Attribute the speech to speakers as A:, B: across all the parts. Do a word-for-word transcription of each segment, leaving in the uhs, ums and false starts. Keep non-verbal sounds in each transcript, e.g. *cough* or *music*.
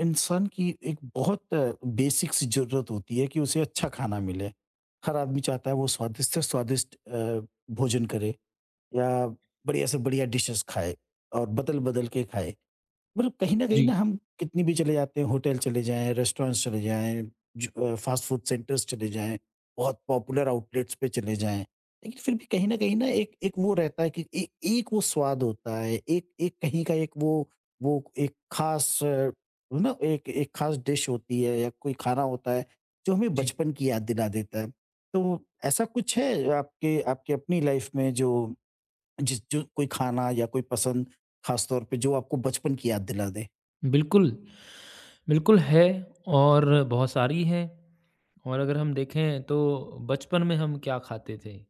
A: इंसान की एक बहुत बेसिक सी ज़रूरत होती है कि उसे अच्छा खाना मिले। हर आदमी चाहता है वो स्वादिष्ट से स्वादिष्ट अ, भोजन करे या बढ़िया से बढ़िया डिशेज़ खाए और बदल-बदल के खाए। मतलब कहीं न कहीं
B: जी,
A: ना हम कितनी भी चले जाते हैं, होटल चले जाएँ, रेस्टोरेंट्स चले जाएँ, ज अ, फ़ास्ट फ़ूड सेंटर्स चले जाएँ, बहुत पॉपुलर आउटलेट्स पे चले जाएँ, लेकिन फिर भी कहीं न कहीं ना एक एक वो रहता है कि ए एक वो स्वाद होता है, एक एक कहीं का एक वो वो एक ख़ास है ना, एक एक ख़ास डिश होती है या कोई खाना होता है, जो हमें
B: जी।
A: बचपन की याद दिला देता है। तो ऐसा कुछ है आपके आपकी अपनी लाइफ़ में जो जिस जो कोई खाना या कोई पसंद ख़ास तौर पे जो आपको बचपन की याद दिला दे?
B: बिल्कुल, बिल्कुल है और बहुत सारी हैं। और अगर हम देखें तो बचपन में हम क्या खाते थे? अ,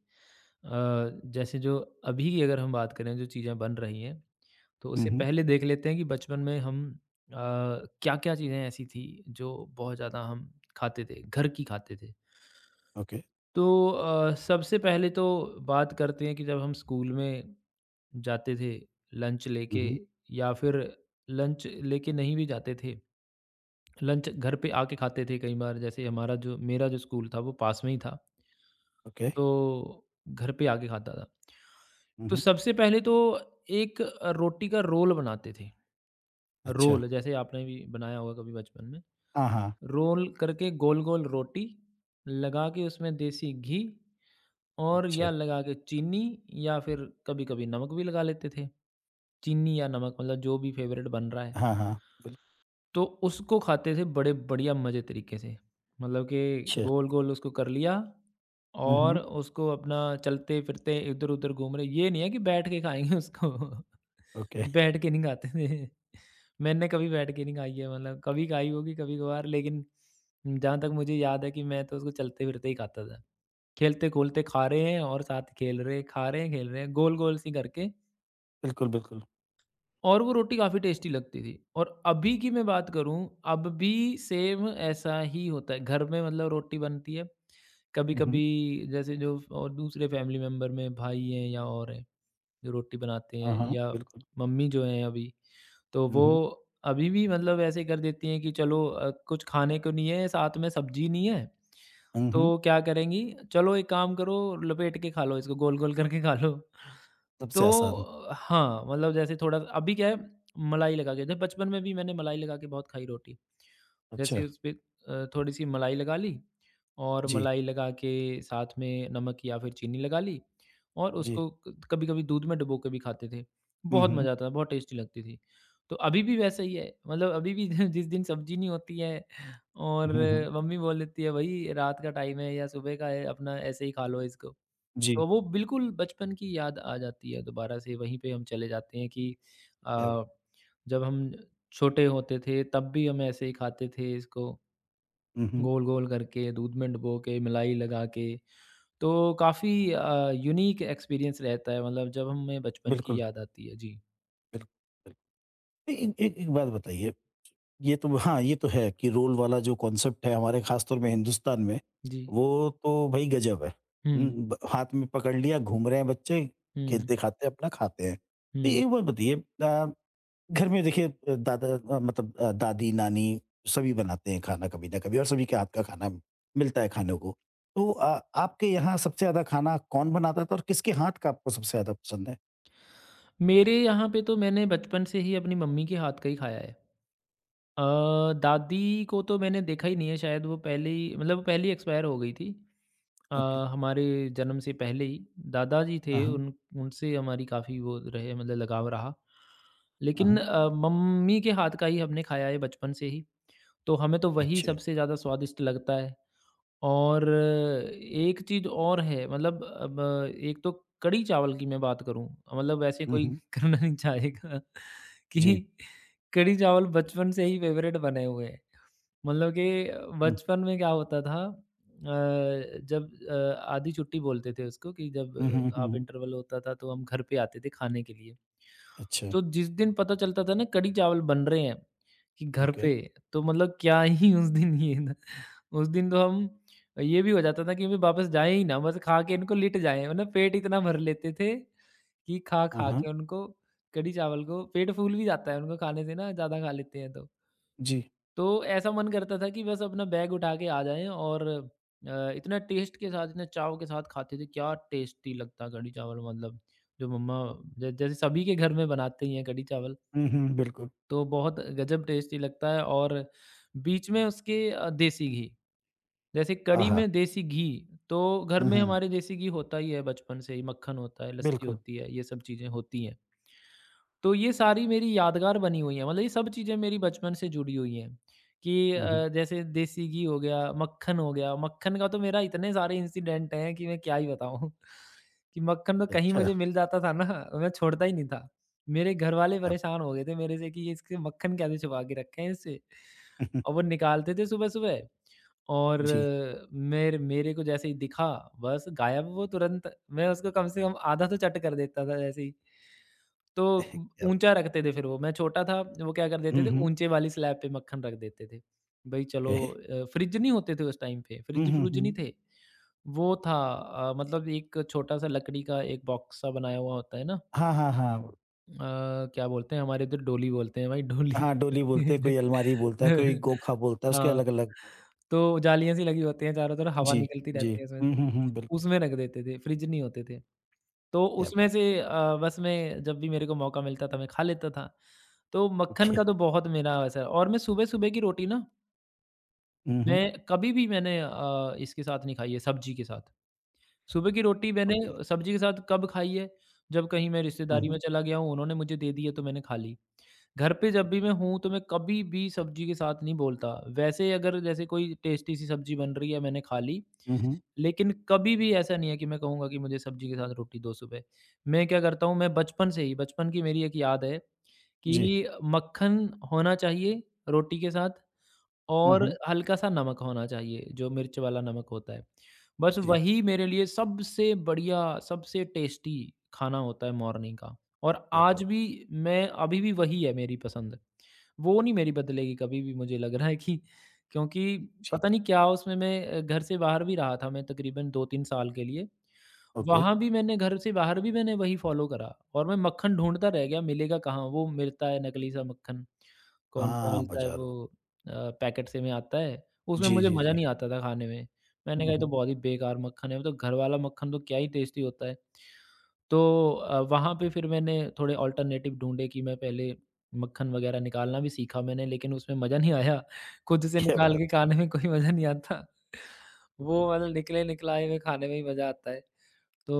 B: जैसे जो अभी की अगर हम बात करें जो चीज़ें बन रही हैं, तो
A: हुँ,
B: उससे
A: हुँ।
B: पहले देख लेते हैं कि बचपन में हम अ, क्या-क्या चीज़ें ऐसी थी जो बहुत ज़्यादा हम खाते थे, घर की खाते थे।
A: ओके।
B: तो अ, सबसे पहले तो बात करते हैं कि जब हम स्कूल में जाते थे लंच
A: हुँ,
B: लेके,
A: हुँ।
B: या फिर लंच लेके नहीं भी जाते थे, लंच घर पे आके खाते थे कई बार। जैसे हमारा जो मेरा जो स्कूल था वो पास में ही था,
A: ओके।
B: तो घर पे आके खाता था।
A: हुँ,
B: तो
A: हुँ।
B: सबसे पहले तो एक रोटी का रोल बनाते थे।
A: अच्छा।
B: रोल जैसे आपने भी बनाया होगा कभी बचपन में,
A: हाँ, हाँ।
B: रोल करके गोल गोल रोटी लगा के उसमें देसी घी, और
A: अच्छा।
B: या लगा के चीनी, या फिर कभी-कभी नमक भी लगा लेते थे। चीनी या नमक, मतलब जो भी फ़ेवरेट बन रहा है।
A: हाँ, हाँ। बिल्कुल।
B: तो उसको खाते थे बड़े बढ़िया मज़े तरीके से। मतलब कि
A: अच्छा।
B: गोल-गोल उसको कर लिया
A: हुँ,
B: और
A: हुँ।
B: उसको अपना चलते-फिरते इधर-उधर घूम रहे, ये नहीं है कि बैठ के खाएँगे उसको।
A: ओके।
B: *laughs* बैठ के नहीं खाते थे। मैंने कभी बैठ के नहीं खाई है, मतलब कभी खाई होगी कभी-कभार, लेकिन जहाँ तक मुझे याद है कि मैं तो उसको चलते-फिरते ही खाता था। खेलते-खोलते खा रहे हैं और साथ खेल रहे हैं, खा रहे हैं, खेल रहे हैं, गोल-गोल सी करके।
A: बिल्कुल, बिल्कुल।
B: और वो रोटी काफ़ी टेस्टी लगती थी। और अभी की मैं बात करूँ, अब भी सेम ऐसा ही होता है। घर में मतलब रोटी बनती है,
A: हुँ, हुँ।
B: कभी-कभी, जैसे जो और दूसरे फैमिली मेंबर में भाई हैं या और हैं, जो रोटी बनाते
A: हाँ,
B: हैं,
A: हाँ।
B: या
A: बिल्कुल।
B: मम्मी जो हैं अभी, तो
A: हुँ,
B: वो
A: हुँ।
B: अभी भी मतलब ऐसे कर देती हैं कि चलो, अ, कुछ खाने को नहीं है, साथ में सब्जी नहीं है,
A: हुँ, हुँ।
B: तो क्या करेंगी, चलो एक काम करो, लपेट के खा लो इसको, गोल-गोल करके खा लो। तो
A: सबसे आसान।
B: हाँ, मतलब जैसे थोड़ा अभी क्या है, मलाई लगा के, जब बचपन में भी मैंने मलाई लगा के बहुत खाई रोटी।
A: अच्छा।
B: जैसे उसपे अ, थोड़ी-सी मलाई लगा ली, और
A: जी,
B: मलाई लगा के साथ में नमक या फिर चीनी लगा ली, और
A: जी।
B: उसको क कभी-कभी दूध में डुबो के भी खाते थे।
A: हुँ,
B: बहुत
A: हुँ।
B: मज़ा आता था, बहुत टेस्टी लगती थी। तो अभी भी वैसा ही है, मतलब अभी भी *laughs* जिस दिन सब्ज़ी नहीं होती है, और
A: हुँ, हुँ।
B: मम्मी बोल देती है, "भई रात का टाइम है या सुबह का है, अपना ऐसे ही खा लो इसको।"
A: जी।
B: तो वो बिल्कुल बचपन की याद आ जाती है, दोबारा से वहीं पे हम चले जाते हैं कि
A: क्या
B: अ, जब हम छोटे होते थे तब भी हम ऐसे ही खाते थे इसको,
A: हुँ, हुँ।
B: गोल गोल करके दूध में डुबो के मलाई लगा के। तो काफ़ी यूनिक एक्सपीरियंस रहता है, मतलब जब हमें बचपन
A: बिल्कुल,
B: की याद आती है। जी।
A: बिल्कुल, बिल्कुल। ए एक एक एक बात बताइए। ये तो हाँ, ये तो है कि रोल वाला जो कॉन्सेप्ट है हमारे ख़ासतौर में हिंदुस्तान में,
B: जी।
A: वो तो भई गज़ब है। हुँ,
B: हम्म।
A: ब हाथ में पकड़ लिया, घूम रहे हैं बच्चे,
B: हम्म।
A: खेलते-खाते अपना खाते हैं। तो
B: हम्म।
A: एक बात बताइए, अ, घर में देखिए, अ, दादा, अ, मतलब, अ, दादी-नानी सभी बनाते हैं खाना कभी ना कभी और सभी के हाथ का खाना मिलता है खाने को। तो अ, आपके यहाँ सबसे ज़्यादा खाना कौन बनाता था और किसके हाथ का आपको सबसे ज़्यादा पसंद है?
B: मेरे यहाँ पे तो मैंने बचपन से ही अपनी मम्मी के हाथ का ही खाया है। अ दादी को तो मैंने देखा ही नहीं है, शायद वो पहले ही, मतलब वो पहले ही एक्सपायर हो गई थी, अ,
A: ओके।
B: हमारे जन्म से पहले ही। दादाजी
A: हाँ,
B: थे,
A: हाँ।
B: उन उनसे हमारी काफ़ी वो रहे, मतलब लगाव रहा।
A: हाँ,
B: लेकिन
A: हाँ।
B: अ, मम्मी के हाथ का ही हमने खाया है बचपन से ही, तो हमें तो वही
A: अच्छा।
B: सबसे ज़्यादा स्वादिष्ट लगता है। और एक चीज़ और है, मतलब अब एक तो कढ़ी चावल की मैं बात करूँ, मतलब वैसे
A: हुँ,
B: कोई
A: हुँ।
B: *laughs* करना नहीं चाहेगा
A: जी।
B: कि कढ़ी चावल बचपन से ही फ़ेवरेट बने हुए, मतलब कि
A: हुँ।
B: बचपन में क्या होता था, अ, जब अ, आधी छुट्टी बोलते थे उसको कि जब
A: हुँ, हुँ, हुँ,
B: हाफ
A: हुँ।
B: इंटरवल होता था, तो हम घर पे आते थे खाने के लिए।
A: अच्छा।
B: तो जिस दिन पता चलता था ना कढ़ी चावल बन रहे हैं कि घर
A: ओके।
B: पे, तो मतलब क्या ही *laughs* उस दिन ये ना, उस दिन तो हम, ये भी हो जाता था कि अभी वापस जाएँ ही ना, बस खा के इनको लिट जाएँ, मतलब पेट इतना भर लेते थे कि
A: हाँ,
B: खा-खा
A: हाँ।
B: के उनको, कढ़ी चावल को पेट फूल भी जाता है उनको, खाने से ना, ज़्यादा खा लेते हैं तो।
A: जी।
B: तो ऐसा मन करता था कि बस अपना बैग उठा के आ जाएँ, और अ, इतना टेस्ट के साथ, इतना चाव के साथ खाते थे, क्या टेस्टी लगता कढ़ी चावल, मतलब जो मम्मा, ज जैसे सभी के घर में बनाते ही हैं कढ़ी चावल,
A: हुँ, हुँ, बिल्कुल।
B: तो बहुत गजब टेस्टी लगता है। और बीच में उसके अ, देसी घी, जैसे कढ़ी
A: आहा!
B: में देसी घी, तो घर
A: हुँ,
B: में
A: हुँ।
B: हमारे देसी घी होता ही है बचपन से ही, मक्खन होता है, लस्सी
A: बिल्कुल।
B: होती है, ये सब चीज़ें होती हैं। तो ये सारी मेरी यादगार बनी हुई है, मतलब ये सब चीज़ें मेरी बचपन से जुड़ी हुई हैं कि
A: हुँ, हुँ।
B: अ, जैसे देसी घी हो गया, मक्खन हो गया, मक्खन का तो मेरा इतने सारे इंसिडेंट हैं कि मैं क्या ही बताऊं। *laughs* कि मक्खन तो कहीं
A: अच्छा।
B: मुझे मिल जाता था ना, मैं छोड़ता ही नहीं था। मेरे घर वाले
A: अब
B: परेशान हो गए थे मेरे से कि ये, इसके मक्खन कैसे छुपा के रखे हैं इससे।
A: *laughs* हम्म, हम्म,
B: और वो निकालते थे सुबह सुबह, और
A: जी।
B: मेरे मेरे को जैसे ही दिखा, बस गायब वो तुरंत। मैं उसको कम से कम आधा तो चट कर देता था जैसे ही। तो
A: *laughs* क्या बात!
B: ऊँचा रखते थे फिर वो, मैं छोटा था, वो क्या कर देते
A: हुँ,
B: थे,
A: हुँ।
B: ऊँचे वाली स्लैब पे मक्खन रख देते थे। भई चलो,
A: ओके।
B: अ, फ्रिज नहीं होते थे उस टाइम पे,
A: हुँ, हुँ,
B: फ्रिज-फ्रूज नहीं
A: हुँ।
B: थे। वो था, अ, मतलब एक छोटा-सा लकड़ी का एक बॉक्स सा बनाया हुआ होता है ना,
A: हाँ, हाँ, हाँ।
B: अ, क्या बोलते हैं हमारे इधर, डोली बोलते हैं भाई, डोली।
A: हाँ, डोली बोलते हैं, कोई अलमारी बोलता है, कोई
B: *laughs*
A: गोखा बोलता है, उसके
B: हाँ,
A: अलग-अलग हैं।
B: तो जालियाँ सी लगी होती हैं चारों तरफ, हवा
A: जी,
B: निकलती
A: जी।
B: रहती है उसमें से,
A: हुँ, हुँ, हुँ, बिल्कुल।
B: उसमें रख देते थे, फ्रिज नहीं होते थे। तो
A: क्या बात!
B: उसमें से, अ, बस मैं जब भी मेरे को मौका मिलता था, मैं खा लेता था। तो मक्खन
A: ओके।
B: का तो बहुत मेरा वैसा। और मैं सुबह-सुबह की रोटी ना,
A: हुँ, हुँ।
B: मैं कभी भी, मैंने अ, इसके साथ नहीं खाई है सब्ज़ी के साथ। सुबह की रोटी मैंने
A: ओके।
B: सब्ज़ी के साथ कब खाई है, जब कहीं मैं
A: हुँ,
B: रिश्तेदारी में
A: हुँ।
B: चला गया हूँ, उन्होंने मुझे दे दी है तो मैंने खा ली। घर पे जब भी मैं हूँ, तो मैं कभी भी सब्ज़ी के साथ नहीं बोलता। वैसे अगर जैसे कोई टेस्टी सी सब्ज़ी बन रही है, मैंने खा ली।
A: हुँ, हुँ।
B: लेकिन कभी भी ऐसा नहीं है कि मैं कहूँगा कि मुझे सब्ज़ी के साथ रोटी दो सुबह। मैं क्या करता हूँ, मैं बचपन से ही, बचपन की मेरी एक याद है
A: जी।
B: कि मक्खन होना चाहिए रोटी के साथ,
A: हुँ,
B: और
A: हुँ।
B: हल्का-सा नमक होना चाहिए, जो मिर्च वाला नमक होता है। बस
A: जी।
B: वही मेरे लिए सबसे बढ़िया, सबसे टेस्टी खाना होता है मॉर्निंग का। और
A: क्या बात!
B: आज भी, मैं अभी भी वही है मेरी पसंद। वो नहीं मेरी बदलेगी कभी भी, मुझे लग रहा है कि, क्योंकि
A: जी।
B: पता नहीं क्या उसमें, मैं अ, घर से बाहर भी रहा था मैं तकरीबन दो तीन साल के लिए।
A: ओके।
B: वहाँ भी मैंने, घर से बाहर भी मैंने वही फ़ॉलो करा, और मैं मक्खन ढूँढता रह गया, मिलेगा कहाँ? वो मिलता है नकली सा मक्खन, कौन-सा
A: हाँ,
B: मिलता है
A: बजारो।
B: वो, अ, पैकेट से में आता है, उसमें
A: जी,
B: मुझे
A: जी,
B: मज़ा
A: जी।
B: नहीं आता था खाने में। मैंने
A: हुँ,
B: कहा ये तो
A: हुँ।
B: बहुत ही बेकार मक्खन है, वो तो घर वाला मक्खन तो क्या ही टेस्टी होता है। तो अ, वहाँ पे फिर मैंने थोड़े अल्टरनेटिव ढूँढे कि मैं पहले मक्खन वग़ैरह निकालना भी सीखा मैंने, लेकिन उसमें मज़ा नहीं आया। खुद से
A: क्या
B: निकाल
A: बात
B: के खाने में कोई मज़ा नहीं आता। वो
A: है!
B: मतलब निकले निकलाए हुए खाने में ही मज़ा आता है। तो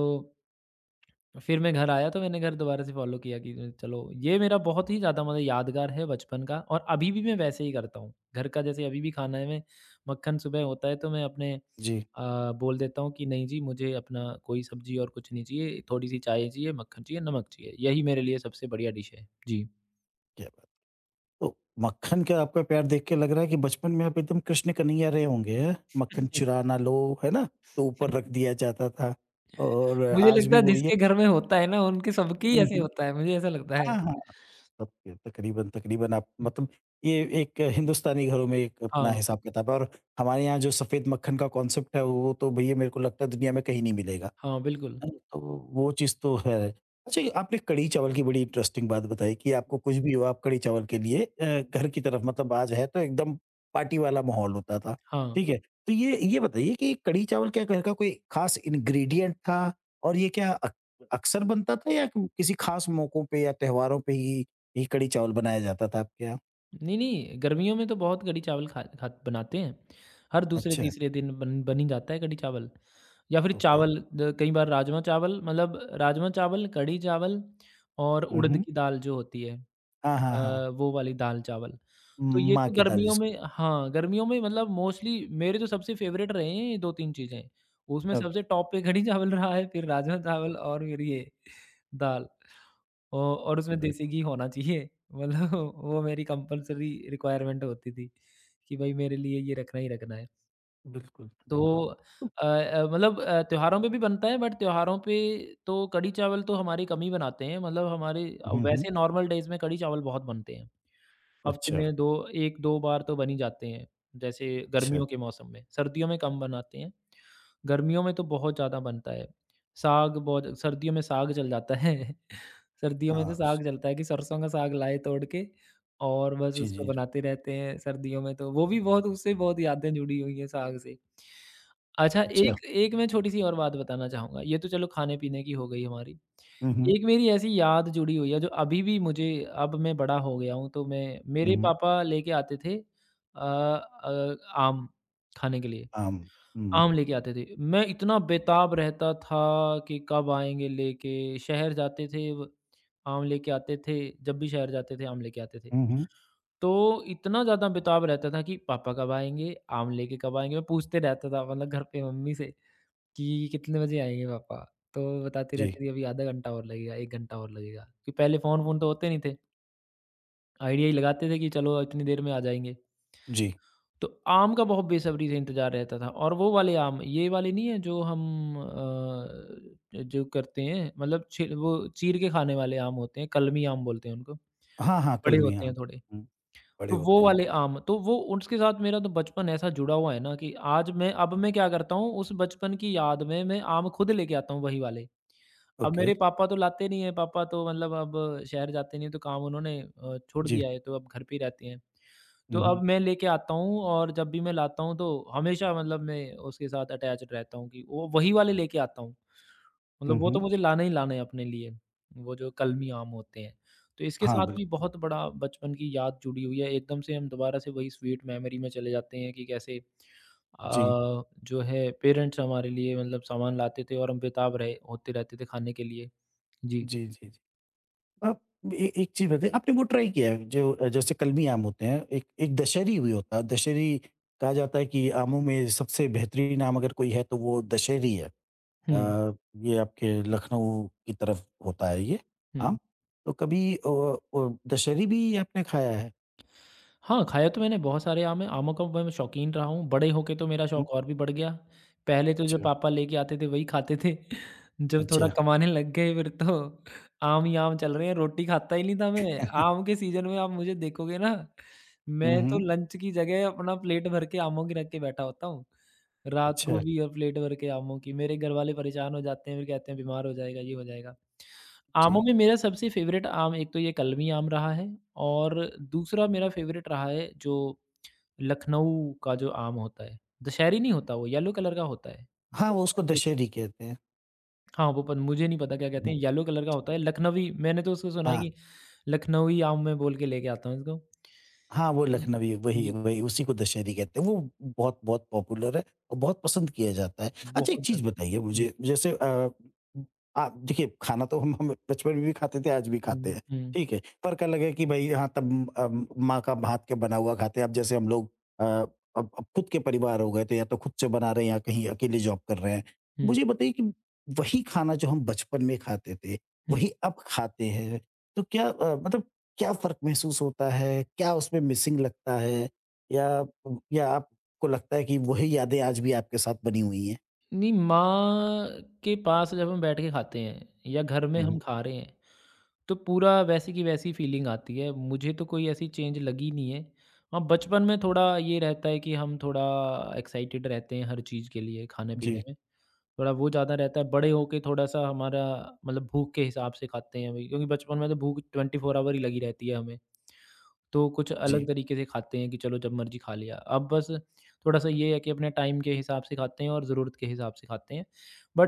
B: फिर मैं घर आया, तो मैंने घर दोबारा से फ़ॉलो किया कि अ, चलो ये मेरा बहुत ही ज़्यादा, मतलब यादगार है बचपन का, और अभी भी मैं वैसे ही करता हूँ। घर का जैसे अभी भी खाना है, मैं मक्खन सुबह होता है तो मैं अपने,
A: जी,
B: अ, बोल देता हूँ कि नहीं जी, मुझे अपना कोई सब्ज़ी और कुछ नहीं चाहिए, थोड़ी-सी चाय चाहिए, मक्खन चाहिए, नमक चाहिए। यही मेरे लिए सबसे बढ़िया डिश है। जी।
A: क्या बात! तो मक्खन, क्या आपका प्यार देख के लग रहा है कि बचपन में आप एकदम कृष्ण कन्हैया रहे होंगे, हैं? मक्खन चुरा ना लो, है ना? तो ऊपर रख दिया
B: *laughs*
A: जाता था और
B: मुझे
A: आज
B: लगता
A: भी
B: है
A: वही है।
B: जिसके घर में होता है ना, उनके सबके ही
A: हुँ,
B: ऐसे
A: हुँ।
B: होता है, मुझे ऐसा लगता है।
A: हाँ, हाँ। सबके तकरीबन तकरीबन आप
B: हुँ।
A: मतलब ये एक हिंदुस्तानी घरों में एक अपना
B: हाँ,
A: हिसाब-किताब है। और हमारे यहाँ जो सफ़ेद मक्खन का कॉन्सेप्ट है, वो तो भैया मेरे को लगता है दुनिया में कहीं नहीं मिलेगा।
B: हाँ बिल्कुल।
A: है ना? तो वो चीज़ तो है। अच्छा, ये आपने कढ़ी चावल की बड़ी इंटरेस्टिंग बात बताई कि आपको कुछ भी हो आप कढ़ी चावल के लिए, अ, घर की तरफ, मतलब आज है तो एकदम पार्टी वाला माहौल होता था।
B: हाँ।
A: ठीक है? तो ये ये बताइए कि कढ़ी चावल क्या घर का कोई ख़ास इंग्रीडिएंट था? और ये क्या अक अक्सर बनता था या कि किसी ख़ास मौकों पे या त्योहारों पे ही ये कढ़ी चावल बनाया जाता था आपके यहाँ?
B: नहीं, नहीं, गर्मियों में तो बहुत कढ़ी चावल खा खा बनाते हैं। हर दूसरे
A: अच्छा,
B: तीसरे दिन बन बन ही जाता है कढ़ी चावल, या फिर
A: ओके।
B: चावल, द कई बार राजमा चावल, मतलब राजमा चावल, कढ़ी चावल, और
A: हुँ,
B: उड़द
A: हुँ।
B: की दाल जो होती है,
A: हाँ, हाँ, हाँ।
B: अ, वो वाली दाल-चावल। तो ये
A: माँ
B: तो
A: की दाल
B: गर्मियों
A: जिसको
B: में, हाँ, गर्मियों में, मतलब मोस्टली मेरे तो सबसे फ़ेवरेट रहे हैं ये दो तीन चीज़ें। उसमें
A: ओके,
B: सबसे टॉप पे कढ़ी चावल रहा है, फिर
A: बिल्कुल,
B: राजमा-चावल, और फिर ये दाल। औ और उसमें देसी घी होना चाहिए, मतलब वो मेरी कंपल्सरी रिक्वायरमेंट होती थी कि भाई मेरे लिए ये रखना ही रखना है।
A: बिल्कुल, बिल्कुल, बिल्कुल।
B: तो
A: तो
B: अ अ, मतलब अ, त्योहारों पे भी बनता है, बट त्योहारों पे तो कढ़ी चावल तो हमारे कम ही बनाते हैं, मतलब हमारे अ,
A: हुँ, हुँ।
B: वैसे नॉर्मल डेज़ में कढ़ी चावल बहुत बनते हैं। हफ्ते
A: अच्छा।
B: में 2 एक दो बार तो बन ही जाते हैं, जैसे
A: अच्छा,
B: गर्मियों के मौसम में, सर्दियों में कम बनाते हैं। गर्मियों में तो बहुत ज़्यादा बनता है। साग बहुत सर्दियों में साग जल जाता है। *laughs* सर्दियों में तो
A: हाँ, स
B: साग जलता है कि सरसों का साग लाए तोड़ के और बस
A: जी,
B: उसको
A: जी।
B: बनाते रहते हैं सर्दियों में तो। वो भी बहुत उससे बहुत यादें जुड़ी हुई हैं साग से। अच्छा,
A: अच्छा।
B: एक एक मैं छोटी-सी और बात बताना चाहूँगा। ये तो चलो खाने-पीने की हो गई हमारी।
A: हुँ, हुँ,
B: एक मेरी ऐसी याद जुड़ी हुई है जो अभी भी मुझे अब मैं बड़ा हो गया हूँ तो मैं मेरे
A: हुँ,
B: पापा लेके आते थे अ अ, आम खाने के लिए।
A: आम, हुँ,
B: आम लेके आते थे। मैं इतना बेताब रहता था कि कब आएँगे लेके, शहर जाते थे व आम लेके आते थे, जब भी शहर जाते थे आम लेके आते थे।
A: हुँ, हुँ,
B: तो इतना ज़्यादा बेताब रहता था कि पापा कब आएँगे, आम लेके कब आएँगे? मैं पूछते रहता था मतलब घर पे मम्मी से कि कितने बजे आएँगे पापा? तो बताती
A: जी,
B: रहती थी अभी आधा घंटा और लगेगा, एक घंटा और लगेगा। कि पहले फ़ोन-वोन तो होते नहीं थे। आइडिया ही लगाते थे कि चलो इतनी देर में आ जाएँगे।
A: जी।
B: तो आम का बहुत बेसब्री से इंतज़ार रहता था और वो वाले आम, ये वाले नहीं है जो हम अ, जो करते हैं मतलब छ वो चीर के खाने वाले आम होते हैं, कलमी आम बोलते हैं उनको,
A: हाँ, हाँ,
B: बड़े
A: कलमी
B: होते हैं
A: आम,
B: थोड़े।
A: हुँ, बड़े
B: तो वो
A: होते हैं।
B: वाले आम, तो वो उसके साथ मेरा तो बचपन ऐसा जुड़ा हुआ है ना कि आज मैं अब मैं क्या करता हूँ, उस बचपन की याद में मैं आम खुद लेके आता हूँ वही वाले। अब
A: ओके,
B: मेरे पापा तो लाते नहीं हैं, पापा तो मतलब अब शहर जाते नहीं हैं, तो काम उन्होंने अ, छोड़
A: जी,
B: दिया है, तो अब घर पे ही रहते हैं। तो
A: हुँ, हुँ,
B: अब मैं लेके आता हूँ और जब भी मैं लाता हूँ, तो हमेशा मतलब मैं उसके साथ अटैच्ड रहता हूँ कि वो वही वाले लेके आता हूँ। मतलब
A: हुँ,
B: वो तो
A: हुँ।
B: मुझे लाना ही लाना है अपने लिए, वो जो कलमी आम होते हैं। तो इसके
A: हाँ,
B: साथ भी
A: बिल्कुल।
B: बहुत बड़ा बचपन की याद जुड़ी हुई है, एकदम से हम दोबारा से वही स्वीट मेमोरी में चले जाते हैं कि कैसे
A: जी,
B: अ, जो है पेरेंट्स हमारे लिए मतलब सामान लाते थे और हम बेताब रहे होते रहते थे खाने के लिए। जी।
A: जी, जी, जी। आप ए एक चीज़ बताइए, आपने वो ट्राई किया है जो, अ, जैसे कलमी आम होते हैं, एक एक दशहरी भी होता है। दशहरी कहा जाता है कि आमों में सबसे बेहतरीन आम अगर कोई है तो वो दशहरी है। अ,
B: हुँ,
A: ये आपके लखनऊ की तरफ होता है ये आम।
B: हुँ।
A: तो कभी अ, अ, दशहरी भी आपने खाया है?
B: हाँ, खाया तो मैंने बहुत सारे आम हैं, आमों का मैं शौकीन रहा हूँ, बड़े होके तो मेरा
A: हुँ,
B: शौक और भी बढ़ गया। पहले तो जो
A: अच्छा,
B: पापा लेके आते थे वही खाते थे। *laughs* जब थोड़ा
A: अच्छा।
B: कमाने लग गए फिर तो आम ही आम चल रहे हैं, रोटी खाता ही नहीं था मैं, आम
A: *laughs*
B: के सीज़न में आप मुझे देखोगे ना,
A: हुँ,
B: मैं तो
A: हुँ,
B: लंच की जगह अपना प्लेट भर के आमों की रख के बैठा होता हूँ। रात को
A: अच्छा,
B: भी और प्लेट भर के आमों की, मेरे घरवाले परेशान हो जाते हैं, फिर कहते हैं बीमार हो जाएगा, ये हो जाएगा। आमों
A: जी।
B: में मेरा सबसे फ़ेवरेट आम एक तो ये कलमी आम रहा है और दूसरा मेरा फ़ेवरेट रहा है जो लखनऊ का जो आम होता है। दशहरी नहीं होता, वो येलो कलर का होता है।
A: हाँ, वो उसको
B: बहुत टेस्टी।
A: दशहरी कहते हैं।
B: हाँ, वो पन मुझे नहीं पता क्या कहते
A: हाँ,
B: हैं, येलो कलर का होता है लखनवी, मैंने तो उसको सुना है
A: हाँ।
B: कि लखनवी आम मैं बोल के लेके आता हूँ इसको।
A: हाँ, वो
B: इ
A: लखनवी, वही
B: इ
A: वही उसी को दशहरी कहते हैं। वो बहुत बहुत पॉपुलर है और बहुत पसंद किया जाता है। अच्छा, एक
B: बहुत ज़्यादा।
A: चीज़ बताइए
B: हुँ,
A: मुझे। जैसे, अ, आ देखिए, खाना तो हम हम बचपन में भी खाते थे, आज भी खाते
B: हुँ,
A: हैं,
B: हुँ,
A: ठीक है? फ़र्क अलग है कि भई हाँ, तब अम, माँ का हाथ के बना हुआ खाते हैं। अब जैसे हम लोग, अ, अब अब खुद के परिवार हो गए तो या तो खुद से बना रहे हैं या कहीं अकेले जॉब कर रहे हैं।
B: हुँ,
A: मुझे बताइए कि वही खाना जो हम बचपन में खाते थे,
B: हुँ।
A: वही अब खाते हैं, तो क्या, अ, मतलब क्या फ़र्क महसूस होता है? क्या उसमें मिसिंग लगता है? या उ या आपको लगता है कि वही यादें आज भी आपके साथ बनी हुई हैं?
B: नहीं, माँ के पास जब हम बैठ के खाते हैं या घर में
A: हुँ, हुँ।
B: हम खा रहे हैं तो पूरा वैसी की वैसी फ़ीलिंग आती है, मुझे तो कोई ऐसी चेंज लगी नहीं है। हाँ, बचपन में थोड़ा ये रहता है कि हम थोड़ा एक्साइटेड रहते हैं हर चीज़ के लिए, खाने-पीने
A: जी,
B: में, थोड़ा वो ज़्यादा रहता है। बड़े होके थोड़ा-सा हमारा मतलब भूख के हिसाब से खाते हैं अभी, क्योंकि बचपन में तो भूख ट्वेंटी फ़ोर आवर ही लगी रहती है हमें। तो कुछ
A: जी।
B: अलग तरीके से खाते हैं कि चलो जब मर्ज़ी खा लिया। अब बस थोड़ा-सा ये है कि अपने टाइम के हिसाब से खाते हैं और ज़रूरत के हिसाब से खाते हैं।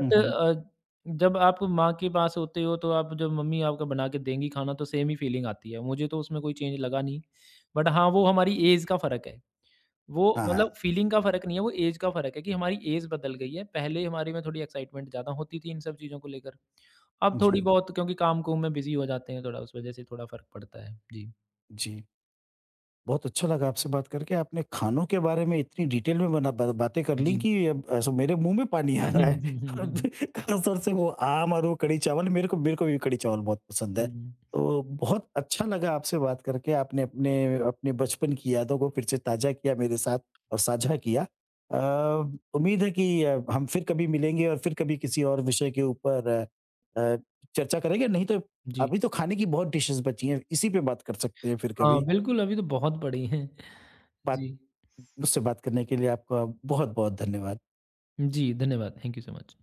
A: हुँ, हुँ।
B: अ, जब आप माँ के पास होते हो तो आप जब मम्मी आपका बना के देंगी खाना तो सेम ही फीलिंग आती है। मुझे तो उसमें कोई चेंज लगा नहीं। बट हाँ, वो हमारी ऐज का फ़र्क है। वो
A: हाँ,
B: मतलब फीलिंग का फ़र्क नहीं है, वो ऐज का फ़र्क है कि हमारी ऐज बदल गई है। पहले हमारे में थोड़ी एक्साइटमेंट ज़्यादा होती थी इन सब चीज़ों को लेकर। अब थोड़ी
A: जी,
B: बहुत क्योंकि काम-कुम में बिज़ी हो जाते हैं थोड़ा उस वज़ह से थोड़ा फ़र्क पड़ता है। जी।
A: जी। बहुत अच्छा लगा आपसे बात करके। आपने खानों के बारे में इतनी डिटेल में बना ब बातें कर ली
B: जी।
A: कि अब ऐसा मेरे मुँह में पानी आ रहा है।
B: *laughs*
A: *laughs* ख़ास तौर से वो आम और वो कढ़ी चावल, मेरे को मेरे को भी कढ़ी चावल बहुत पसंद है। तो बहुत अच्छा लगा आपसे बात करके। आपने अपने अपने बचपन की यादों को फिर से ताज़ा किया मेरे साथ और साझा किया। अ, उम्मीद है कि अ, हम फिर कभी मिलेंगे और फिर कभी किसी और विषय के ऊपर अ अ, चर्चा करेंगे। नहीं तो
B: जी।
A: अभी तो खाने की बहुत डिशेज़ बची हैं, इसी पे बात कर सकते हैं फिर
B: हाँ,
A: कभी।
B: बिल्कुल, अभी तो बहुत पड़ी हैं।
A: बात
B: जी,
A: मुझसे बात करने के लिए आपका बहुत-बहुत धन्यवाद।
B: जी, धन्यवाद। Thank you so much.